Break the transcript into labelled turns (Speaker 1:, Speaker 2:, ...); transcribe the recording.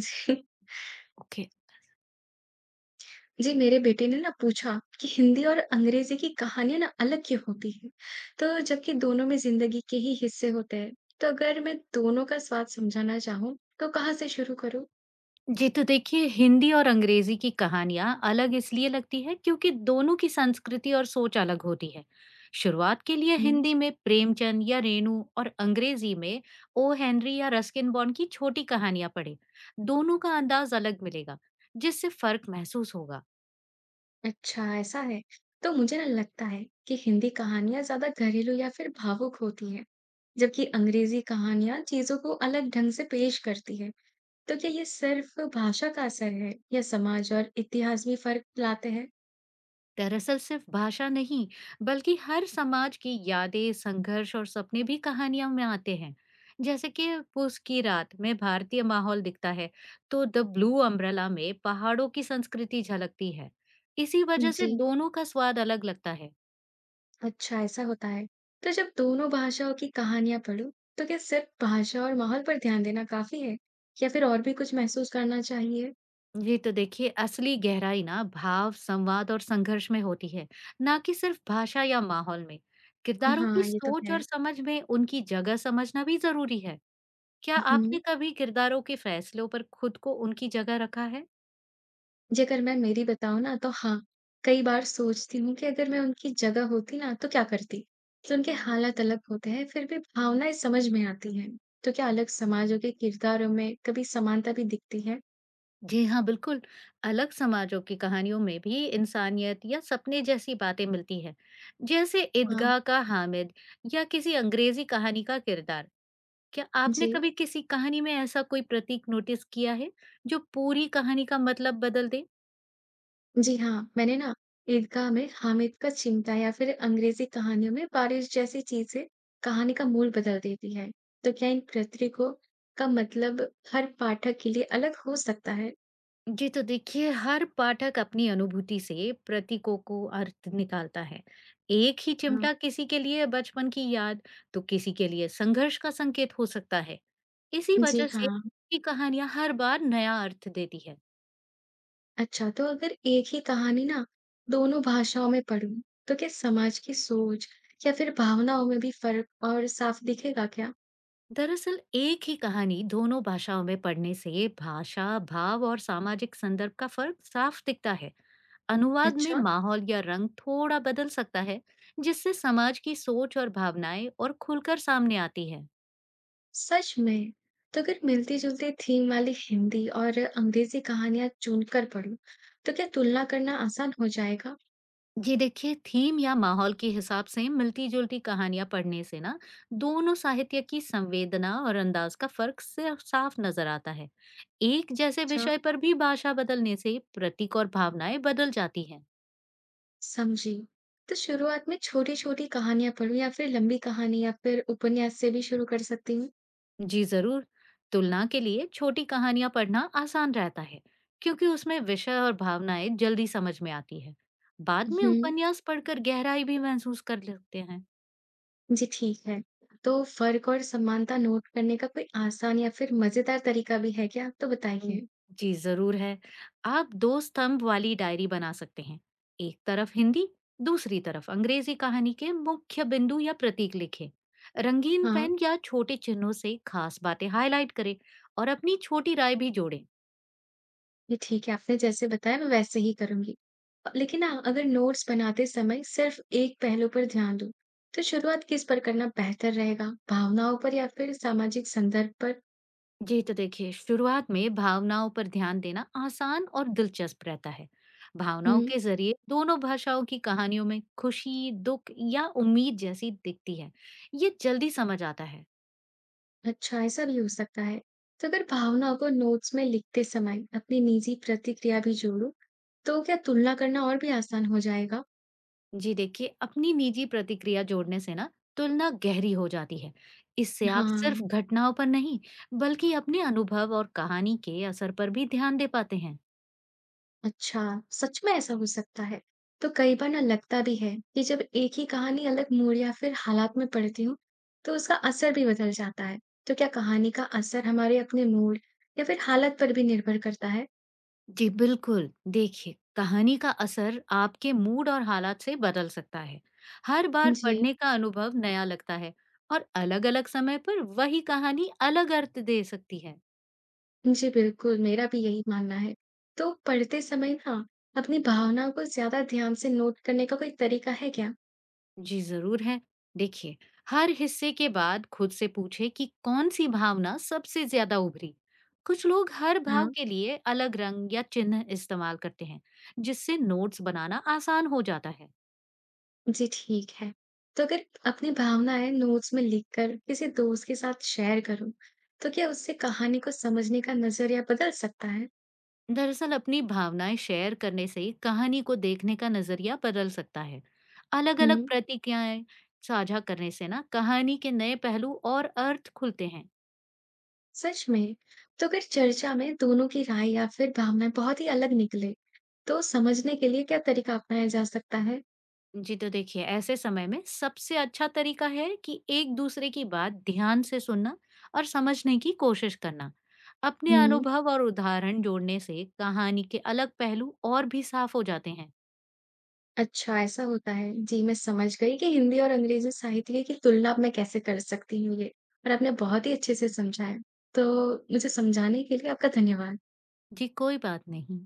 Speaker 1: जी।
Speaker 2: Okay.
Speaker 1: जी, मेरे बेटे ने ना पूछा कि हिंदी और अंग्रेजी की कहानियां ना अलग क्यों होती है। तो जबकि दोनों में जिंदगी के ही हिस्से होते हैं। तो अगर मैं दोनों का स्वाद समझाना चाहूँ तो कहाँ से शुरू करूँ।
Speaker 2: जी तो देखिए हिंदी और अंग्रेजी की कहानियां अलग इसलिए लगती है क्योंकि दोनों की संस्कृति और सोच अलग होती है। शुरुआत के लिए
Speaker 1: हम्म।
Speaker 2: हिंदी में प्रेमचंद या रेणु और अंग्रेजी में ओ हेनरी या रस्किन बॉन्ड की छोटी कहानियां पढ़ें। दोनों का अंदाज अलग मिलेगा, जिससे फर्क महसूस होगा।
Speaker 1: अच्छा ऐसा है। तो मुझे ना लगता है कि हिंदी कहानियां ज्यादा घरेलू या फिर भावुक होती हैं। जबकि अंग्रेजी कहानियां चीजों को अलग ढंग से पेश करती है। तो क्या ये सिर्फ भाषा का असर है या समाज और इतिहास भी फर्क लाते हैं?
Speaker 2: दरअसल सिर्फ भाषा नहीं, बल्कि हर समाज की यादें, संघर्ष और सपने भी कहानियों में आते हैं। जैसे कि पूस की रात में भारतीय माहौल दिखता है, तो द ब्लू अम्ब्रेला में पहाड़ों की संस्कृति झलकती है। इसी वजह से
Speaker 1: जी।
Speaker 2: दोनों का स्वाद अलग लगता है।
Speaker 1: अच्छा, ऐसा होता है। तो जब दोनों भाषाओं की कहानियाँ पढ़ूँ, तो क्या सिर्फ भाषा और माहौल पर ध्यान देना काफ़ी है? या फिर और भी कुछ महसूस करना चाहिए?
Speaker 2: ये तो देखिए, असली गहराई ना भाव, संवाद और संघर्ष में होती है, ना कि सिर्फ भाषा या माहौल में। किरदारों की
Speaker 1: हाँ, ये तो
Speaker 2: सोच
Speaker 1: है।
Speaker 2: और समझ में उनकी जगह समझना भी जरूरी है। क्या
Speaker 1: हुँ।
Speaker 2: आपने कभी किरदारों के फैसलों पर खुद को उनकी जगह रखा है?
Speaker 1: जेकर मैं मेरी बताऊँ ना, तो हाँ, कई बार सोचती हूँ कि अगर मैं उनकी जगह होती ना, तो क्या करती? तो उनके हालात अलग होते हैं, फिर भी भावनाएँ समझ में आती हैं। तो क्या अलग समाजों के किरदारों में कभी समानता भी दिखती है?
Speaker 2: जी हाँ, बिल्कुल। अलग समाजों की कहानियों में भी इंसानियत या सपने जैसी बातें मिलती हैं, जैसे
Speaker 1: हाँ,
Speaker 2: ईदगाह का हामिद या किसी अंग्रेजी कहानी का किरदार। क्या आपने
Speaker 1: जी।
Speaker 2: कभी किसी कहानी में ऐसा कोई प्रतीक नोटिस किया है, जो पूरी कहानी का मतलब बदल दे?
Speaker 1: जी हाँ, मैंने ना ईदगाह में हामिद का चिमटा या फिर अंग्रेजी कहानियों में बारिश जैसी चीजें कहानी का मूल बदल देती है। तो क्या इन प्रतीकों का मतलब हर पाठक के लिए अलग हो सकता है?
Speaker 2: जी तो देखिए, हर पाठक अपनी अनुभूति से प्रतीकों को अर्थ निकालता है। एक ही
Speaker 1: हाँ,
Speaker 2: चिमटा किसी के लिए बचपन की याद, तो किसी के लिए संघर्ष का संकेत हो सकता है। इसी
Speaker 1: जी
Speaker 2: वजह से
Speaker 1: हाँ।
Speaker 2: की कहानियां हर बार नया अर्थ देती है।
Speaker 1: अच्छा, तो अगर एक ही कहानी ना दोनों भाषाओं में पढूं, तो क्या समाज की सोच या फिर भावनाओं में भी फर्क और साफ दिखेगा क्या?
Speaker 2: दरअसल एक ही कहानी दोनों भाषाओं में पढ़ने से भाषा, भाव और सामाजिक संदर्भ का फर्क साफ दिखता है। अनुवाद में
Speaker 1: अच्छा।
Speaker 2: माहौल या रंग थोड़ा बदल सकता है, जिससे समाज की सोच और भावनाएं और खुलकर सामने आती है।
Speaker 1: सच में! तो अगर मिलती-जुलती थीम वाली हिंदी और अंग्रेज़ी कहानियाँ चुनकर पढ़ूँ, तो क्या तुलना करना आसान हो जाएगा?
Speaker 2: जी देखिए, थीम या माहौल के हिसाब से मिलती जुलती कहानियां पढ़ने से ना दोनों साहित्य की संवेदना और अंदाज का फर्क सिर्फ साफ नजर आता है। एक जैसे
Speaker 1: अच्छा।
Speaker 2: विषय पर भी भाषा बदलने से प्रतीक और भावनाएं बदल जाती हैं।
Speaker 1: समझी। तो शुरुआत में छोटी-छोटी कहानियाँ पढूँ या फिर लंबी कहानी या फिर उपन्यास से भी शुरू कर सकती हूँ?
Speaker 2: जी जरूर। तुलना के लिए छोटी कहानियां पढ़ना आसान रहता है, क्योंकि उसमें विषय और भावनाएं जल्दी समझ में आती है। बाद में
Speaker 1: हुँ।
Speaker 2: उपन्यास पढ़कर गहराई भी महसूस कर लेते हैं।
Speaker 1: जी ठीक है। तो फ़र्क और समानता नोट करने का कोई आसान या फिर मज़ेदार तरीका भी है क्या? तो बताइए।
Speaker 2: उम, जी, ज़रूर है। आप 2 स्तंभ वाली डायरी बना सकते हैं। एक तरफ हिंदी, दूसरी तरफ अंग्रेज़ी कहानी के मुख्य बिंदु या प्रतीक लिखें। रंगीन
Speaker 1: हाँ।
Speaker 2: पेन या छोटे चिन्हों से खास बातें हाइलाइट करें और अपनी छोटी राय भी जोड़ें।
Speaker 1: ये ठीक है, आपने जैसे बताया मैं वैसे ही करूँगी। लेकिन ना अगर नोट्स बनाते समय सिर्फ़ एक पहलू पर ध्यान दूँ, तो शुरुआत किस पर करना बेहतर रहेगा? भावनाओं पर या फिर सामाजिक संदर्भ पर?
Speaker 2: जी, तो देखिए शुरुआत में भावनाओं पर ध्यान देना आसान और दिलचस्प रहता है। भावनाओं
Speaker 1: हुँ।
Speaker 2: के ज़रिए दोनों भाषाओं की कहानियों में खुशी, दुःख या उम्मीद जैसी दिखती है। ये जल्दी समझ आता है।
Speaker 1: अच्छा ऐसा भी हो सकता है। तो अगर भावनाओं को नोट्स में लिखते समय अपनी निजी प्रतिक्रिया भी जोड़ूँ, तो क्या तुलना करना और भी आसान हो जाएगा?
Speaker 2: जी देखिए, अपनी निजी प्रतिक्रिया जोड़ने से ना तुलना गहरी हो जाती है। इससे आप सिर्फ
Speaker 1: हाँ।
Speaker 2: घटनाओं पर नहीं, बल्कि अपने अनुभव और कहानी के असर पर भी ध्यान दे पाते हैं।
Speaker 1: अच्छा, सच में ऐसा हो सकता है? तो कई बार ना लगता भी है कि जब एक ही कहानी अलग मूड या फिर हालात में पढ़ती हूँ, तो उसका असर भी बदल जाता है। तो क्या कहानी का असर हमारे अपने मूड या फिर हालत पर भी निर्भर करता है?
Speaker 2: जी बिल्कुल, देखिए कहानी का असर आपके मूड और हालात से बदल सकता है। हर बार
Speaker 1: जी,
Speaker 2: पढ़ने का अनुभव नया लगता है और अलग-अलग समय पर वही कहानी अलग अर्थ दे सकती है।
Speaker 1: जी, बिल्कुल, मेरा भी यही मानना है। तो पढ़ते समय ना अपनी भावनाओं को ज़्यादा ध्यान से नोट करने का कोई तरीका है क्या?
Speaker 2: जी जरूर है। देखिए, हर हिस्से के बाद खुद से पूछे कि कौन सी भावना सबसे ज्यादा उभरी। कुछ लोग हर भाव
Speaker 1: हाँ।
Speaker 2: के लिए अलग रंग या चिन्ह इस्तेमाल करते हैं, जिससे नोट्स बनाना आसान हो जाता है।
Speaker 1: जी, ठीक है। तो अगर अपनी भावनाएँ नोट्स में लिखकर किसी दोस्त के साथ शेयर करूँ, तो क्या उससे कहानी को समझने का नज़रिया बदल सकता है?
Speaker 2: दरअसल अपनी भावनाएं शेयर करने से कहानी को देखने का नजरिया बदल सकता है। अलग अलग
Speaker 1: हुँ।
Speaker 2: प्रतिक्रियाएं साझा करने से ना कहानी के नए पहलू और अर्थ खुलते हैं।
Speaker 1: सच में? तो अगर चर्चा में दोनों की राय या फिर भावनाएँ बहुत ही अलग निकले, तो समझने के लिए क्या तरीका अपनाया जा सकता है?
Speaker 2: जी तो देखिए, ऐसे समय में सबसे अच्छा तरीका है कि एक दूसरे की बात ध्यान से सुनना और समझने की कोशिश करना। अपने
Speaker 1: हुँ।
Speaker 2: अनुभव और उदाहरण जोड़ने से कहानी के अलग पहलू और भी साफ हो जाते हैं।
Speaker 1: अच्छा ऐसा होता है। जी, मैं समझ गई कि हिंदी और अंग्रेज़ी साहित्य की तुलना मैं कैसे कर सकती हूँ ये और आपने बहुत ही अच्छे से समझाया। तो मुझे समझाने के लिए आपका धन्यवाद।
Speaker 2: जी कोई बात नहीं।